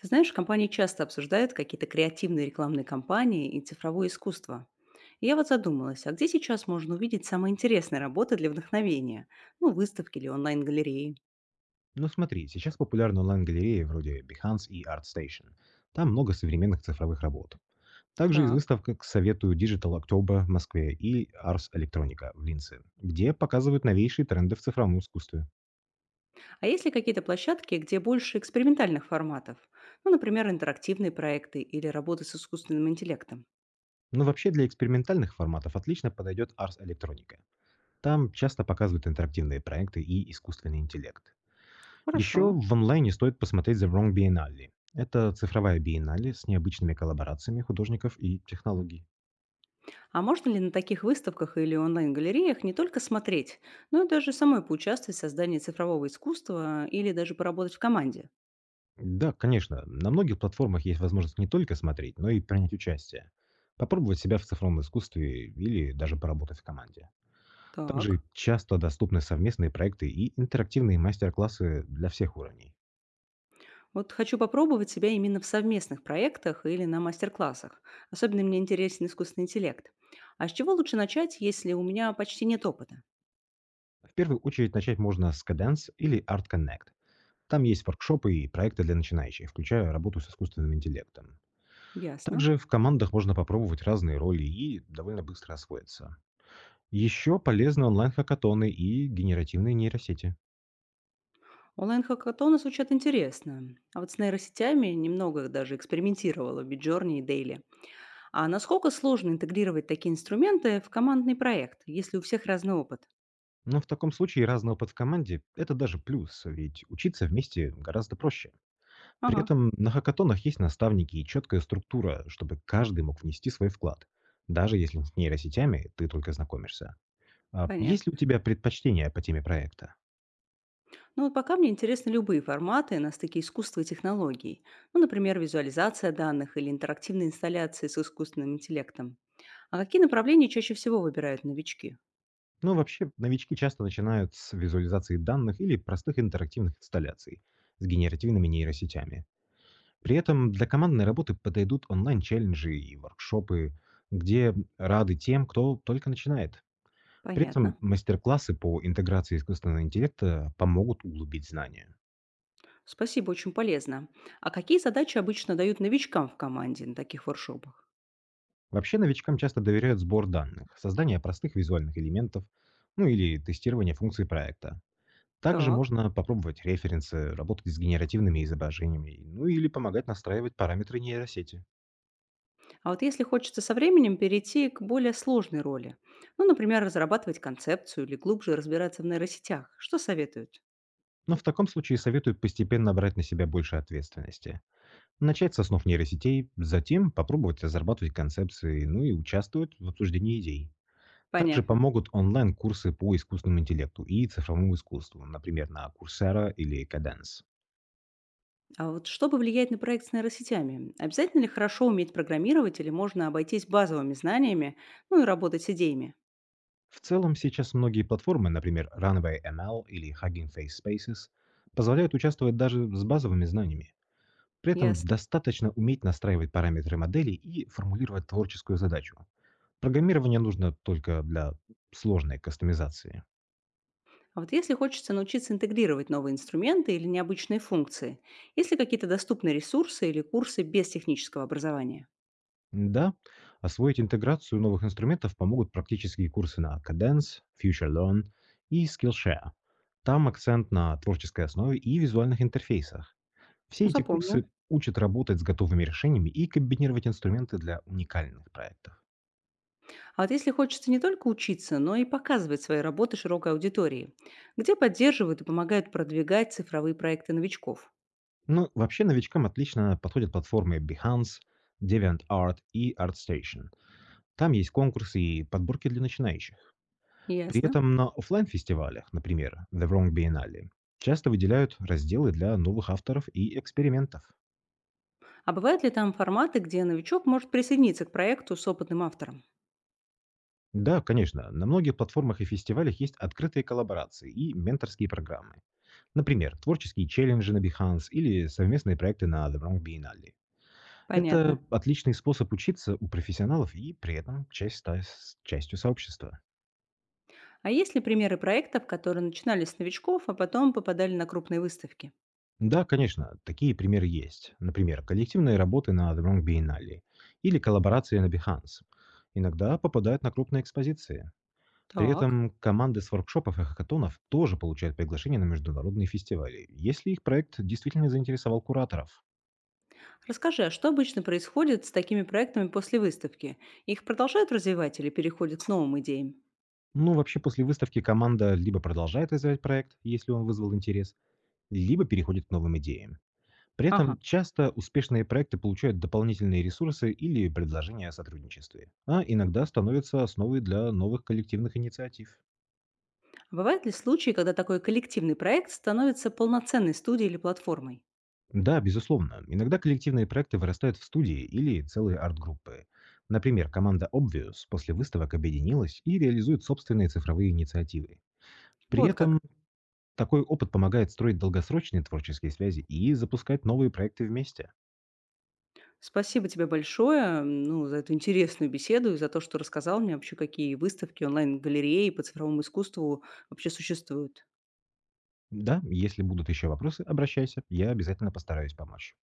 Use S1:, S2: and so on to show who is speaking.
S1: Ты знаешь, компании часто обсуждают какие-то креативные рекламные кампании и цифровое искусство. И я вот задумалась, а где сейчас можно увидеть самые интересные работы для вдохновения? Ну, выставки или онлайн-галереи.
S2: Ну смотри, сейчас популярны онлайн-галереи вроде Behance и ArtStation. Там много современных цифровых работ. Также из
S1: Так.
S2: выставок советую Digital October в Москве и Ars Electronica в Линце, где показывают новейшие тренды в цифровом искусстве.
S1: А есть ли какие-то площадки, где больше экспериментальных форматов? Ну, например, интерактивные проекты или работы с искусственным интеллектом.
S2: Но вообще для экспериментальных форматов отлично подойдет Ars Electronica. Там часто показывают интерактивные проекты и искусственный интеллект.
S1: Хорошо.
S2: Еще в онлайне стоит посмотреть The Wrong Biennale. Это цифровая биеннале с необычными коллаборациями художников и технологий.
S1: А можно ли на таких выставках или онлайн-галереях не только смотреть, но и даже самой поучаствовать в создании цифрового искусства или даже поработать в команде?
S2: Да, конечно. На многих платформах есть возможность не только смотреть, но и принять участие. Попробовать себя в цифровом искусстве или даже поработать в команде. Также
S1: Так.
S2: часто доступны совместные проекты и интерактивные мастер-классы для всех уровней.
S1: Вот хочу попробовать себя именно в совместных проектах или на мастер-классах. Особенно мне интересен искусственный интеллект. А с чего лучше начать, если у меня почти нет опыта?
S2: В первую очередь начать можно с Cadence или Art Connect. Там есть воркшопы и проекты для начинающих, включая работу с искусственным интеллектом.
S1: Ясно.
S2: Также в командах можно попробовать разные роли и довольно быстро освоиться. Еще полезны онлайн-хакатоны и генеративные нейросети.
S1: Онлайн-хакатоны звучат интересно. А вот с нейросетями немного даже экспериментировала в Midjourney и Daily. А насколько сложно интегрировать такие инструменты в командный проект, если у всех разный опыт?
S2: Но в таком случае разный опыт в команде — это даже плюс, ведь учиться вместе гораздо проще. При
S1: Ага,
S2: этом на хакатонах есть наставники и четкая структура, чтобы каждый мог внести свой вклад, даже если с нейросетями ты только знакомишься. А есть ли у
S1: понятно.
S2: тебя предпочтения по теме проекта?
S1: Ну вот пока мне интересны любые форматы на стыке искусства и технологий. Ну, например, визуализация данных или интерактивные инсталляции с искусственным интеллектом. А какие направления чаще всего выбирают новички?
S2: Ну, вообще, новички часто начинают с визуализации данных или простых интерактивных инсталляций с генеративными нейросетями. При этом для командной работы подойдут онлайн-челленджи и воркшопы, где рады тем, кто только начинает. При этом
S1: Понятно.
S2: мастер-классы по интеграции искусственного интеллекта помогут углубить знания.
S1: Спасибо, очень полезно. А какие задачи обычно дают новичкам в команде на таких воршопах?
S2: Вообще новичкам часто доверяют сбор данных, создание простых визуальных элементов, ну или тестирование функций проекта. Также
S1: Так.
S2: можно попробовать референсы, работать с генеративными изображениями, ну или помогать настраивать параметры нейросети.
S1: А вот если хочется со временем перейти к более сложной роли, ну, например, разрабатывать концепцию или глубже разбираться в нейросетях, что советуют?
S2: Но в таком случае советую постепенно брать на себя больше ответственности. Начать с основ нейросетей, затем попробовать разрабатывать концепции, ну и участвовать в обсуждении идей. Также
S1: Понятно.
S2: помогут онлайн-курсы по искусственному интеллекту и цифровому искусству, например, на Coursera или Cadence.
S1: А вот что повлияет на проект с нейросетями? Обязательно ли хорошо уметь программировать или можно обойтись базовыми знаниями, ну и работать с идеями?
S2: В целом, сейчас многие платформы, например, Runway ML или Hugging Face Spaces, позволяют участвовать даже с базовыми знаниями. При этом
S1: Ясно.
S2: достаточно уметь настраивать параметры модели и формулировать творческую задачу. Программирование нужно только для сложной кастомизации.
S1: А вот если хочется научиться интегрировать новые инструменты или необычные функции, есть ли какие-то доступные ресурсы или курсы без технического образования?
S2: Да, освоить интеграцию новых инструментов помогут практические курсы на Cadence, FutureLearn и Skillshare. Там акцент на творческой основе и визуальных интерфейсах. Все
S1: Ну,
S2: эти
S1: запомню.
S2: курсы учат работать с готовыми решениями и комбинировать инструменты для уникальных проектов.
S1: А вот если хочется не только учиться, но и показывать свои работы широкой аудитории, где поддерживают и помогают продвигать цифровые проекты новичков?
S2: Ну, вообще новичкам отлично подходят платформы Behance, DeviantArt и ArtStation. Там есть конкурсы и подборки для начинающих. При
S1: Ясно.
S2: этом на оффлайн-фестивалях, например, The Wrong Biennale, часто выделяют разделы для новых авторов и экспериментов.
S1: А бывают ли там форматы, где новичок может присоединиться к проекту с опытным автором?
S2: Да, конечно, на многих платформах и фестивалях есть открытые коллаборации и менторские программы. Например, творческие челленджи на Behance или совместные проекты на The Wrong Biennale.
S1: Понятно.
S2: Это отличный способ учиться у профессионалов и при этом часть с частью сообщества.
S1: А есть ли примеры проектов, которые начинали с новичков, а потом попадали на крупные выставки?
S2: Да, конечно, такие примеры есть. Например, коллективные работы на The Wrong Biennale или коллаборации на Behance. Иногда попадают на крупные экспозиции. При
S1: Так.
S2: этом команды с воркшопов и хакатонов тоже получают приглашение на международные фестивали, если их проект действительно заинтересовал кураторов.
S1: Расскажи, а что обычно происходит с такими проектами после выставки? Их продолжают развивать или переходят к новым идеям?
S2: Ну, вообще, после выставки команда либо продолжает развивать проект, если он вызвал интерес, либо переходит к новым идеям. При
S1: Ага.
S2: этом часто успешные проекты получают дополнительные ресурсы или предложения о сотрудничестве, а иногда становятся основой для новых коллективных инициатив.
S1: А бывают ли случаи, когда такой коллективный проект становится полноценной студией или платформой?
S2: Да, безусловно, иногда коллективные проекты вырастают в студии или целые арт-группы. Например, команда Obvious после выставок объединилась и реализует собственные цифровые инициативы. При
S1: Вот как.
S2: этом такой опыт помогает строить долгосрочные творческие связи и запускать новые проекты вместе.
S1: Спасибо тебе большое, ну, за эту интересную беседу и за то, что рассказал мне вообще, какие выставки онлайн-галереи по цифровому искусству вообще существуют.
S2: Да, если будут еще вопросы, обращайся, я обязательно постараюсь помочь.